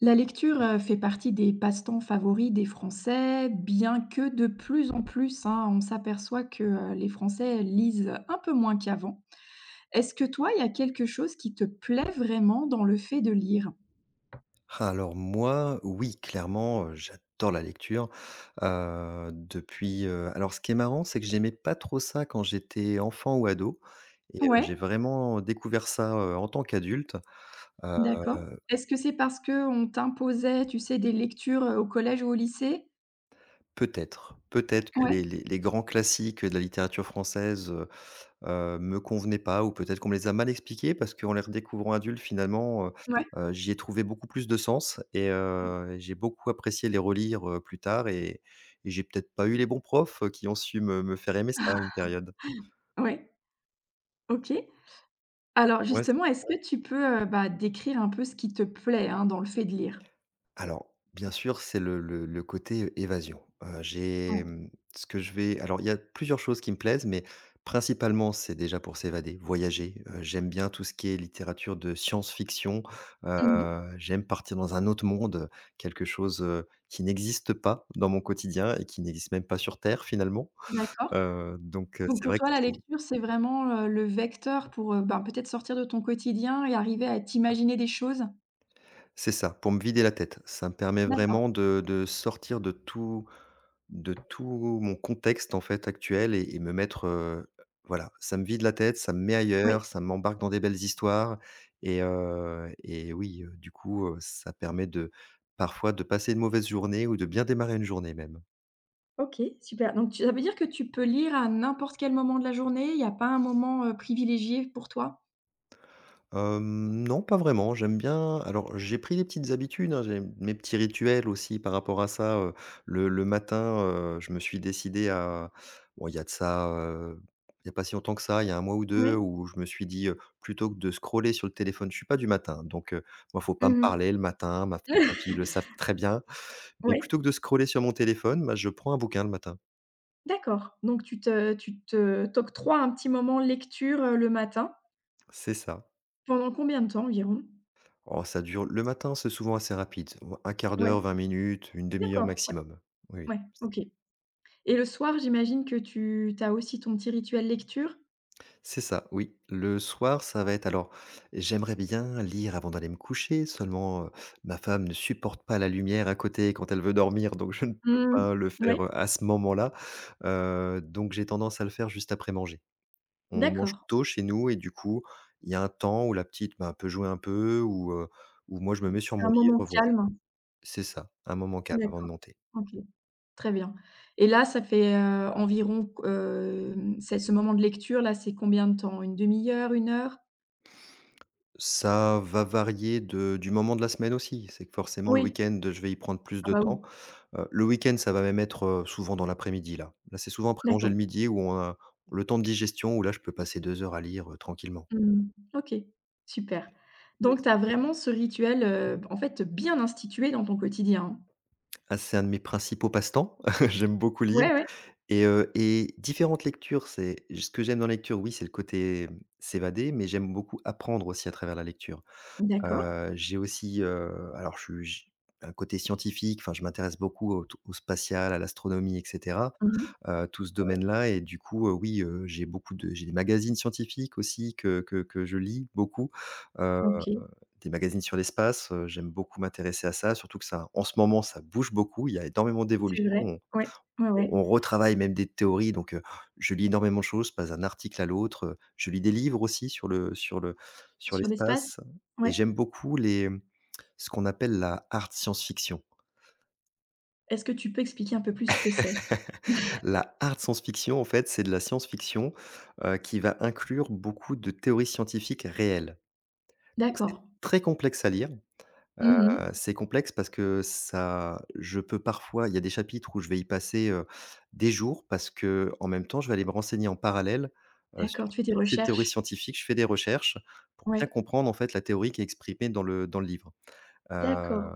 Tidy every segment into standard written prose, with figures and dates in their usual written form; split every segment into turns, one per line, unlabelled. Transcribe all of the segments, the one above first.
La lecture, fait partie des passe-temps favoris des Français, bien que de plus en plus, hein, on s'aperçoit que, les Français lisent un peu moins qu'avant. Est-ce que toi, il y a quelque chose qui te plaît vraiment dans le fait de lire?
Alors moi, oui, clairement, j'adore la lecture, alors ce qui est marrant, c'est que j'aimais pas trop ça quand j'étais enfant ou ado et
Ouais,
j'ai vraiment découvert ça, en tant qu'adulte. Heu,
d'accord. Est-ce que c'est parce que on t'imposait, tu sais, des lectures, au collège ou au lycée?
peut-être que
Ouais,
les grands classiques de la littérature française, me convenaient pas, ou peut-être qu'on me les a mal expliquées, parce qu'en les redécouvrant adultes finalement,
ouais,
j'y ai trouvé beaucoup plus de sens, et j'ai beaucoup apprécié les relire, plus tard, et j'ai peut-être pas eu les bons profs, qui ont su me faire aimer ça à une période.
ouais, OK. Alors
Ouais.
justement, est-ce que tu peux, bah, décrire un peu ce qui te plaît, hein, dans le fait de lire?
Alors, bien sûr, c'est le côté évasion. J'ai,
Ouais.
mmh, ce que je vais alors Il y a plusieurs choses qui me plaisent, mais principalement, c'est déjà pour s'évader, voyager. J'aime bien tout ce qui est littérature de science-fiction.
Mmh.
J'aime partir dans un autre monde, quelque chose, qui n'existe pas dans mon quotidien et qui n'existe même pas sur terre, finalement.
D'accord.
Donc,
Donc
c'est
pour
vrai que
toi, la lecture, c'est vraiment, le vecteur pour, ben, peut-être sortir de ton quotidien et arriver à t'imaginer des choses?
c'est ça, pour me vider la tête. Ça me permet
D'accord,
vraiment de sortir de tout mon contexte, en fait, actuel, et me mettre, voilà, ça me vide la tête, ça me met
ouais.
ailleurs, ça m'embarque dans des belles histoires, oui, ça permet de parfois de passer une mauvaise journée, ou de bien démarrer une journée même.
OK, super. Donc, tu ça veut dire que tu peux lire à n'importe quel moment de la journée? Il y a pas un moment, privilégié pour toi?
Non, pas vraiment. J'aime bien, alors j'ai pris des petites habitudes, hein, j'ai mes petits rituels aussi par rapport à ça. Le matin, je me suis décidé à, bon, il y a de ça, il n'y a pas si longtemps que ça, il y a un mois ou deux,
Ouais.
où je me suis dit, plutôt que de scroller sur le téléphone. Je suis pas du matin, donc moi, faut pas me
Mmh mh.
parler le matin, ma femme, ma fille le savent très bien. Mais
Ouais,
plutôt que de scroller sur mon téléphone, bah, je prends un bouquin le matin.
d'accord. Donc tu te t'octroies un petit moment lecture, le matin.
C'est ça.
Pendant combien de temps environ?
Oh, ça dure, le matin, c'est souvent assez rapide. Un quart
Ouais,
d'heure, 20 minutes, une demi heure
d'accord.
maximum. Oui.
Ouais, OK. Et le soir, j'imagine que tu as aussi ton petit rituel lecture?
C'est ça, oui. Le soir, ça va être, alors, j'aimerais bien lire avant d'aller me coucher, seulement, ma femme ne supporte pas la lumière à côté quand elle veut dormir, donc je ne peux
Mmh.
pas le
Ouais,
faire, à ce moment-là. Donc j'ai tendance à le faire juste après manger. On mange
d'accord.
tôt chez nous et du coup, il y a un temps où la petite, ben, peut jouer un peu, ou moi je me mets sur
C'est
mon
un
livre,
moment
voilà.
calme?
C'est ça, un moment calme avant de
D'accord,
monter.
OK, très bien et là, ça fait, environ q c'est ce moment de lecture là, c'est combien de temps? Une demi heure, une heure?
Ça va varier de du moment de la semaine aussi, c'est que forcément le
Oui,
week-end, je vais y prendre plus
ah
de
bah,
temps.
oui,
Le week-end, ça va même être, souvent dans l'après-midi là. Là, c'est souvent après manger le
d'accord.
midi où on a le temps de digestion, où là, je peux passer 2 heures à lire, tranquillement.
Mmh. OK, super.
Mais
Donc tu as vraiment ce rituel, en fait, bien institué dans ton quotidien?
ah, c'est un de mes principaux passe-temps. J'aime beaucoup lire,
Ouais, ouais,
et différentes lectures, c'est ce que j'aime dans la lecture, oui, c'est le côté, s'évader, mais j'aime beaucoup apprendre aussi à travers la lecture.
d'accord.
J'ai aussi, alors je suis j un côté scientifique. Enfin, je m'intéresse beaucoup au spatial, à l'astronomie, et cetera,
Mmh.
tout ce domaine-là, et du coup, oui, j'ai beaucoup de j'ai des magazines scientifiques aussi que je lis beaucoup, heu,
OK,
des magazines sur l'espace. J'aime beaucoup m'intéresser à ça, surtout que ça, en ce moment, ça bouge beaucoup, il y a énormément
c'est
d'évolutions,
vrai.
on
Ouais, ouais, ouais.
retravaille même des théories, donc je lis énormément de choses, je passe d'un article à l'autre, je lis des livres aussi sur
Sur l'espace?
l'espace, et
Ouais.
j'aime beaucoup les ce qu'on appelle la hard science-fiction.
Est-ce que tu peux expliquer un peu plus ce que c'est?
La hard science-fiction, en fait, c'est de la science-fiction, qui va inclure beaucoup de théories scientifiques réelles. Donc
D'accord.
c'est très complexe à lire,
Mmh.
c'est complexe, parce que ça je peux parfois il y a des chapitres où je vais y passer, des jours, parce que, en même temps, je vais aller me renseigner en parallèle,
D'accord,
sur
tu fais tes
toutes ces théories
recherches?
scientifiques. Je fais des recherches pour bien
Ouais,
comprendre, en fait, la théorie qui est exprimée dans le livre. Heu
d'accord.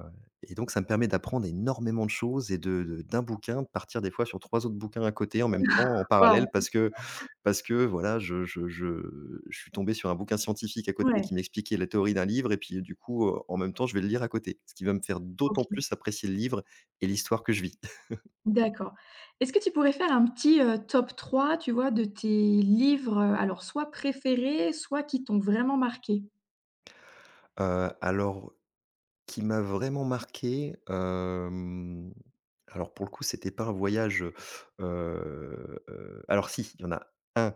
donc ça me permet d'apprendre énormément de choses, et de d'un bouquin, de partir des fois sur 3 autres bouquins à côté en même temps, en parallèle,
Waouh!
parce que, voilà, je suis tombé sur un bouquin scientifique à côté
Ouais,
qui m'expliquait la théorie d'un livre, et puis, du coup, en même temps, je vais le lire à côté. Ce qui va me faire
OK,
d'autant plus apprécier le livre et l'histoire que je vis.
d'accord. Est-ce que tu pourrais faire un petit, top 3 tu vois, de tes livres, alors soit préférés, soit qui t'ont vraiment marqué?
Alors, qui m'a vraiment marqué, alors pour le coup, c'était pas un voyage, alors si, il y en a un.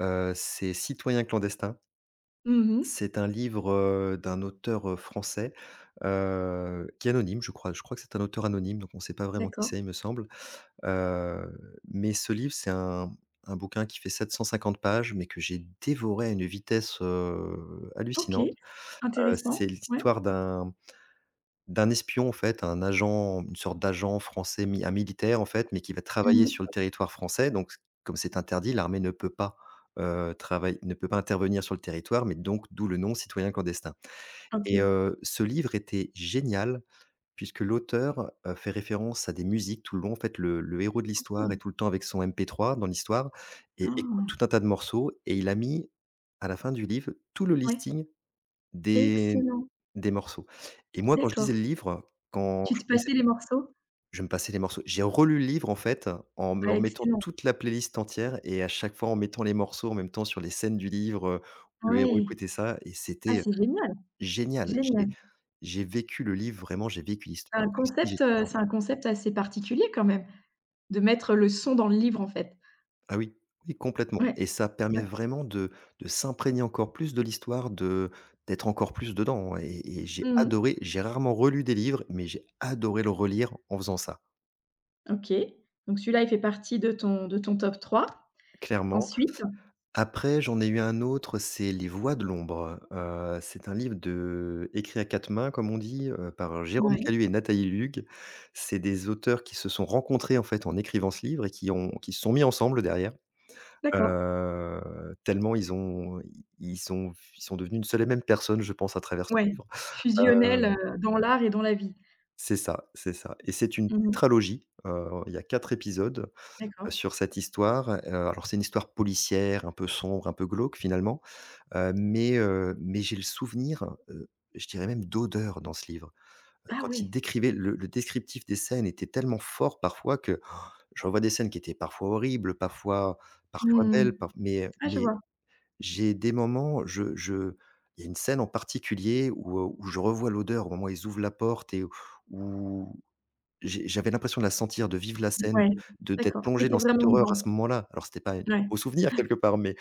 C'est Citoyens clandestins.
Mmh mh.
C'est un livre, d'un auteur, français, qui est anonyme, je crois. Je crois que c'est un auteur anonyme, donc on ne sait pas vraiment qui
D'accord.
c'est, il me semble. Mais ce livre, c'est un bouquin qui fait 750 pages, mais que j'ai dévoré à une vitesse,
OK,
hallucinante. C'est
intéressant. Ouais.
l'histoire d'un espion, en fait, un agent, une sorte d'agent français, mi un militaire, en fait, mais qui va
Mmh
travailler sur le
mh.
territoire français. Donc c Comme c'est interdit, l'armée ne peut pas, travail ne peut pas intervenir sur le territoire, mais donc d'où le nom Citoyen clandestin.
OK.
Ce livre était génial, puisque l'auteur, fait référence à des musiques tout le long. En fait, le héros de l'histoire est
OK.
tout le temps avec son MP3 dans l'histoire, et écoute
Ah!
tout un tas de morceaux, et il a mis, à la fin du livre, tout le
Ouais,
listing des
excellent.
des morceaux. Et moi, quand je
D'accord.
lisais le livre, quand
Tu
je
te
connaissais
passais les morceaux?
je me passais les morceaux. J'ai relu le livre, en fait, en me
Ah
remettant
excellent.
toute la playlist entière, et à chaque fois en mettant les morceaux en même temps sur les scènes du livre, où le héros
Ouais.
écoutait ça, et
Ah
c'était,
c'est génial,
génial. J'ai
génial.
j'ai vécu le livre, vraiment, j'ai vécu
C'est
l'histoire
un
comme si
concept,
j'étais
heu,
dedans.
c'est un concept assez particulier quand même, de mettre le son dans le livre en fait.
Ah oui, oui, complètement,
Ouais,
et ça permet
ouais.
vraiment de s'imprégner encore plus de l'histoire, de d'être encore plus dedans, et j'ai
Mmh mh.
adoré. J'ai rarement relu des livres, mais j'ai adoré le relire en faisant ça.
OK. Donc celui-là, il fait partie de ton top 3.
Clairement.
Ensuite,
Après, j'en ai eu un autre, c'est Les Voix de l'ombre. C'est un livre de écrit à 4 mains, comme on dit, par Jérôme
ouais,
Calu et Nathalie Lugue. C'est des auteurs qui se sont rencontrés, en fait, en écrivant ce livre, et qui se sont mis ensemble derrière.
d'accord.
Heu, Tellement ils sont ils sont devenus une seule et même personne, je pense, à travers ce
Ouais,
livre.
fusionnel,
Heu,
dans l'art et dans la vie.
c'est ça, c'est ça, et c'est une
Mmh mh.
tétralogie, il y a 4 épisodes,
D'accord.
sur cette histoire. Alors c'est une histoire policière, un peu sombre, un peu glauque, finalement. Mais j'ai le souvenir, je dirais même d'odeur, dans ce livre.
Ah
Quand il
oui.
décrivait, le descriptif des scènes était tellement fort parfois, que je revois des scènes qui étaient parfois horribles, parfois
Mmh.
belles, parf mais
Ah je vois.
j'ai des moments, je il y a une scène en particulier où je revois l'odeur au moment où ils ouvrent la porte, et où j'avais l'impression de la sentir, de vivre la scène,
Ouais,
de d'être
d'accord. Tu
plongé
étais
dans cette
vraiment
horreur à ce
dedans.
moment-là. Alors c'était pas un
Ouais.
beau souvenir quelque part,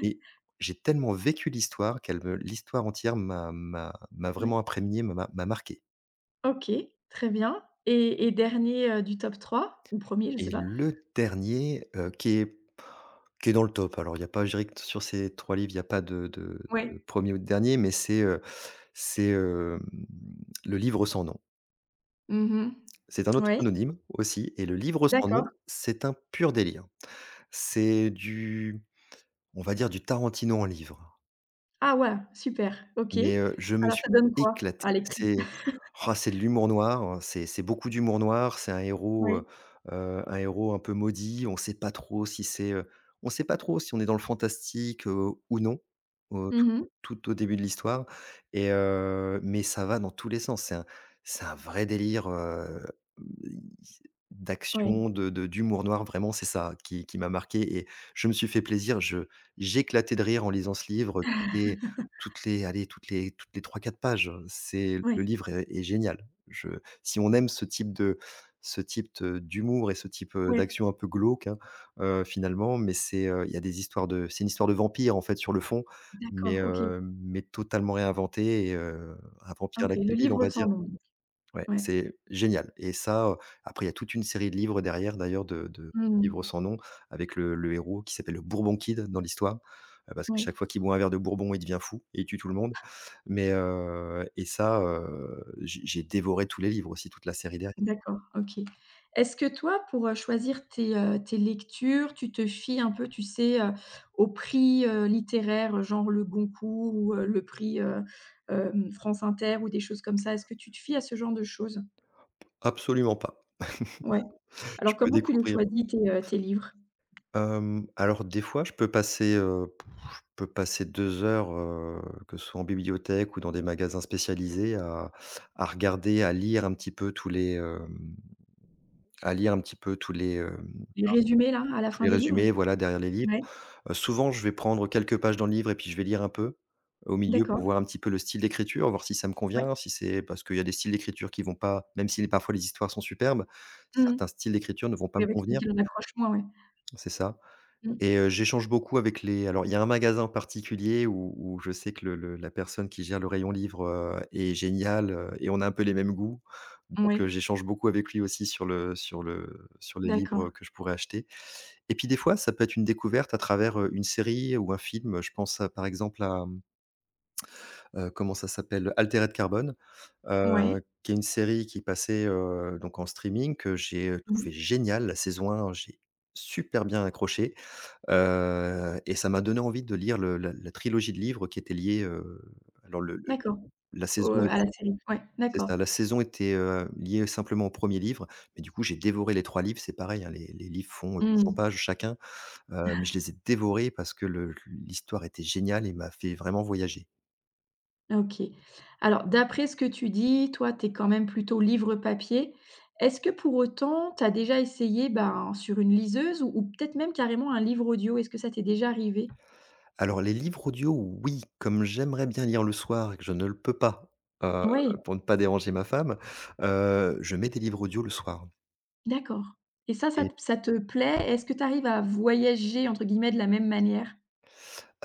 et j'ai tellement vécu l'histoire, qu'elle me l'histoire entière m'a
Ouais.
vraiment imprégné, m'a marqué.
OK, très bien et dernier, du top 3 ou premier, je sais
Et
pas?
le dernier, qui est dans le top, alors il y a pas je dirais que sur ces 3 livres, il y a pas
Ouais.
de 1 ou de dernier, mais c'est, c'est, hem, Le Livre sans nom.
Mmh mh.
C'est un auteur
Ouais,
anonyme aussi, et Le Livre sans
d'accord.
nom, c'est un pur délire. C'est du On va dire du Tarantino en livre.
Ah ouais, super, OK.
Je me
Alors
suis
ça donne quoi?
éclaté.
Ah les prix.
C'est Oh, c'est de l'humour noir, c'est beaucoup d'humour noir,
Oui.
un héros un peu maudit. On sait pas trop si on est dans le fantastique, ou non, au
Mmh mh.
tout au début de l'histoire, mais ça va dans tous les sens. C'est un vrai délire,
Ouais,
d'action, de d'humour noir, vraiment, c'est ça qui m'a marqué et je me suis fait plaisir. Je J'éclatais de rire en lisant ce livre, toutes les allez, toutes les 3 4 pages, c'est le
ouais,
livre est génial. Je Si on aime ce type de d'humour et ce type,
ouais,
d'action un peu glauque, hein, finalement, mais il y a des histoires de c'est une histoire de vampire, en fait, sur le fond,
d'accord, OK.
mais totalement réinventée et un
Ah
vampire à
OK,
la
le
Kill Bill, on
livre
va
sans
dire.
nom.
Ouais,
Ouais.
c'est génial et après il y a toute une série de livres derrière d'ailleurs de
Mmh.
livres sans nom avec le héros qui s'appelle le Bourbon Kid dans l'histoire, parce que
Oui,
chaque fois qu'il boit un verre de bourbon, il devient fou et il tue tout le monde. Et j'ai dévoré tous les livres aussi, toute la série derrière.
d'accord, OK. Est-ce que toi, pour, choisir tes lectures, tu te fies un peu, tu sais, aux prix, littéraires, genre le Goncourt ou, le prix, France Inter ou des choses comme ça? Est-ce que tu te fies à ce genre de choses?
Absolument pas.
Ouais.
Je
Alors
peux
comment tu les
découvrir,
choisis tes livres?
alors des fois je peux je peux passer 2 heures, que ce soit en bibliothèque ou dans des magasins spécialisés à regarder, à lire un petit peu tous les, hem à lire un petit peu
Les résumés là, à la
tous
fin
les
des livres?
résumés, voilà, derrière les livres.
Ouais,
Souvent, je vais prendre quelques pages dans le livre et puis je vais lire un peu au milieu
d'accord,
pour voir un petit peu le style d'écriture, voir si ça me
ouais.
convient, si c'est parce qu'il y a des styles d'écriture qui vont pas, même si parfois les histoires sont superbes,
Mmh.
certains styles d'écriture ne vont pas
Oui,
me
avec celui
convenir.
qui en accroche moins, ouais.
C'est ça.
Mmh.
Et j'échange beaucoup avec les, alors il y a un magasin en particulier où je sais que le la personne qui gère le rayon livre, est géniale, heu, et on a un peu les mêmes goûts. Donc
Ouais,
j'échange beaucoup avec lui aussi sur les
d'accord.
livres que je pourrais acheter. Et puis des fois, ça peut être une découverte à travers, une série ou un film. Je pense à par exemple à, mmh, comment ça s'appelle? Altered Carbon,
Ouais.
qui est une série qui passait, donc en streaming, que j'ai,
Mmh.
trouvé géniale. La saison 1, j'ai super bien accroché. Et ça m'a donné envie de lire le la la trilogie de livres qui était liée, alors le
D'accord.
la
Au
saison est
À la série? Ouais,
c'est
d'accord.
ça, la saison était, liée simplement au premier livre, mais du coup, j'ai dévoré les 3 livres. C'est pareil, hein, les livres font 800
Mmh.
pages chacun, mais je les ai dévorés parce que le l'histoire était géniale et m'a fait vraiment voyager.
OK. Alors d'après ce que tu dis, toi, tu es quand même plutôt livre papier. Est-ce que pour autant, tu as déjà essayé, ben, sur une liseuse ou peut-être même carrément un livre audio? Est-ce que ça t'est déjà arrivé?
Alors les livres audio, oui, comme j'aimerais bien lire le soir et que je ne le peux pas, heu,
Ouais,
pour ne pas déranger ma femme, je mets des livres audio le soir.
d'accord. Et ça, ça te plaît? Est-ce que tu arrives à «voyager» entre guillemets de la même manière?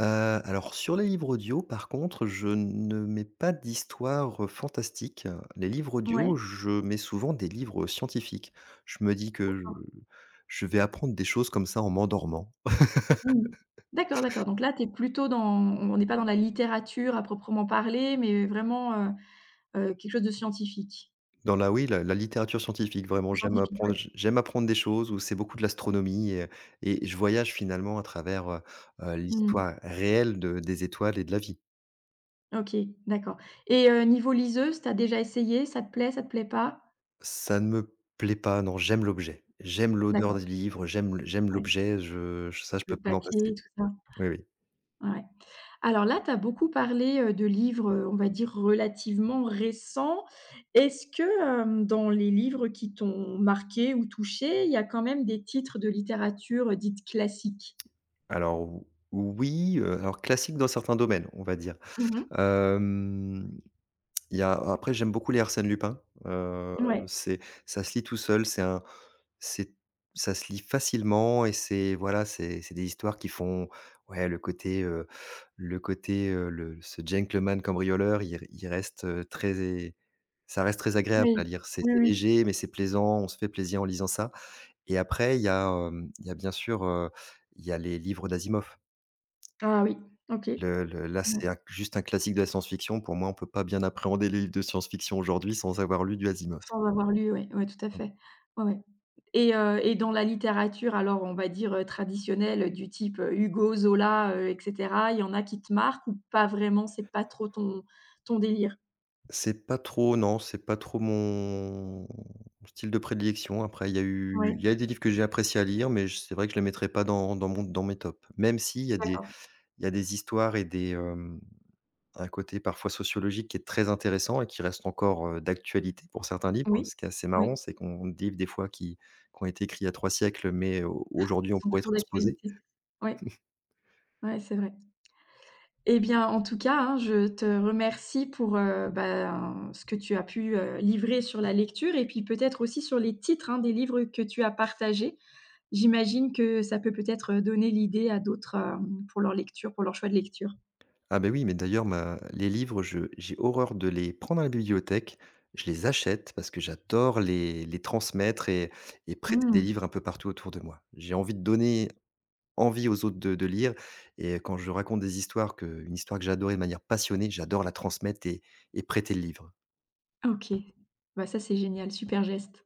Heu, alors sur les livres audio par contre, je ne mets pas d'histoires, fantastiques. Les livres
Ouais,
audio, je mets souvent des livres scientifiques. Je me dis que je
d'accord.
je vais apprendre des choses comme ça en m'endormant.
Mmh. D'accord, d'accord. Donc là, tu es plutôt dans on n'est pas dans la littérature à proprement parler, mais vraiment, quelque chose de scientifique.
Dans la, oui, la littérature scientifique vraiment,
Scientifique, ouais.
j'aime apprendre des choses, où c'est beaucoup de l'astronomie, et je voyage finalement à travers,
Mmh.
l'histoire réelle de des étoiles et de la vie.
OK, d'accord. Et niveau liseuse, t'as déjà essayé? Ça te plaît pas?
Ça ne me plaît pas, non, j'aime l'objet. J'aime l'odeur
D'accord,
des livres, j'aime
ouais,
l'objet, je
le
peux pas m'en
papier,
passer.
tout ça,
Oui, oui.
ouais. Alors là, tu as beaucoup parlé, de livres, on va dire relativement récents. Est-ce que, dans les livres qui t'ont marqué ou touché, il y a quand même des titres de littérature, dite classique?
Alors oui, alors classique dans certains domaines, on va dire.
Mmh.
Hem, il y a Après j'aime beaucoup les Arsène Lupin,
Ouais.
c'est ça se lit tout seul, c'est un c'est ça se lit facilement et c'est voilà, c'est des histoires qui font, ouais, le côté, le ce gentleman cambrioleur, il reste, très ça reste très agréable
Ouais,
à lire.
oui, oui,
C'est
oui.
léger, mais c'est plaisant, on se fait plaisir en lisant ça. Et après il y a, bien sûr, il y a les livres d'Asimov.
Ah oui, OK,
Le Là,
ouais,
c'est un juste un classique de la science-fiction. Pour moi, on peut pas bien appréhender les livres de science-fiction aujourd'hui sans avoir lu du Asimov.
sans avoir lu, oui, ouais, ouais, tout à fait. Ouais, ouais. Et dans la littérature, alors on va dire, traditionnelle du type, Hugo, Zola, et cetera, il y en a qui te marquent ou pas vraiment, c'est pas trop ton délire?
C'est pas trop, non, c'est pas trop mon style de prédilection. Après,
Oui,
il y a des livres que j'ai apprécié à lire, mais j c'est vrai que je les mettrais pas dans mes tops. Même s'il y a des
d'accord.
il y a des histoires et des, un côté parfois sociologique qui est très intéressant et qui reste encore, d'actualité pour certains livres.
Oui,
Ce qui est assez
oui,
marrant, c'est qu'on livres des fois qui ont été écrits il y a 3 siècles, mais au aujourd'hui,
qui
on
sont
pourrait
toujours
transposer.
d'actualité. Oui, ouais, c'est vrai. Eh bien, en tout cas, hein, je te remercie pour, ben, ce que tu as pu, livrer sur la lecture et puis peut-être aussi sur les titres, hein, des livres que tu as partagés. J'imagine que ça peut peut-être, donner l'idée à d'autres, pour leur lecture, pour leur choix de lecture.
Ah ben oui, mais d'ailleurs ma les livres, je j'ai horreur de les prendre à la bibliothèque. Je les achète parce que j'adore les transmettre et prêter des
Mmh.
livres un peu partout autour de moi. J'ai envie de donner envie aux autres de lire, et quand je raconte des histoires que une histoire que j'ai adorée de manière passionnée, j'adore la transmettre et prêter le livre.
OK. Bah, ça, c'est génial, super geste.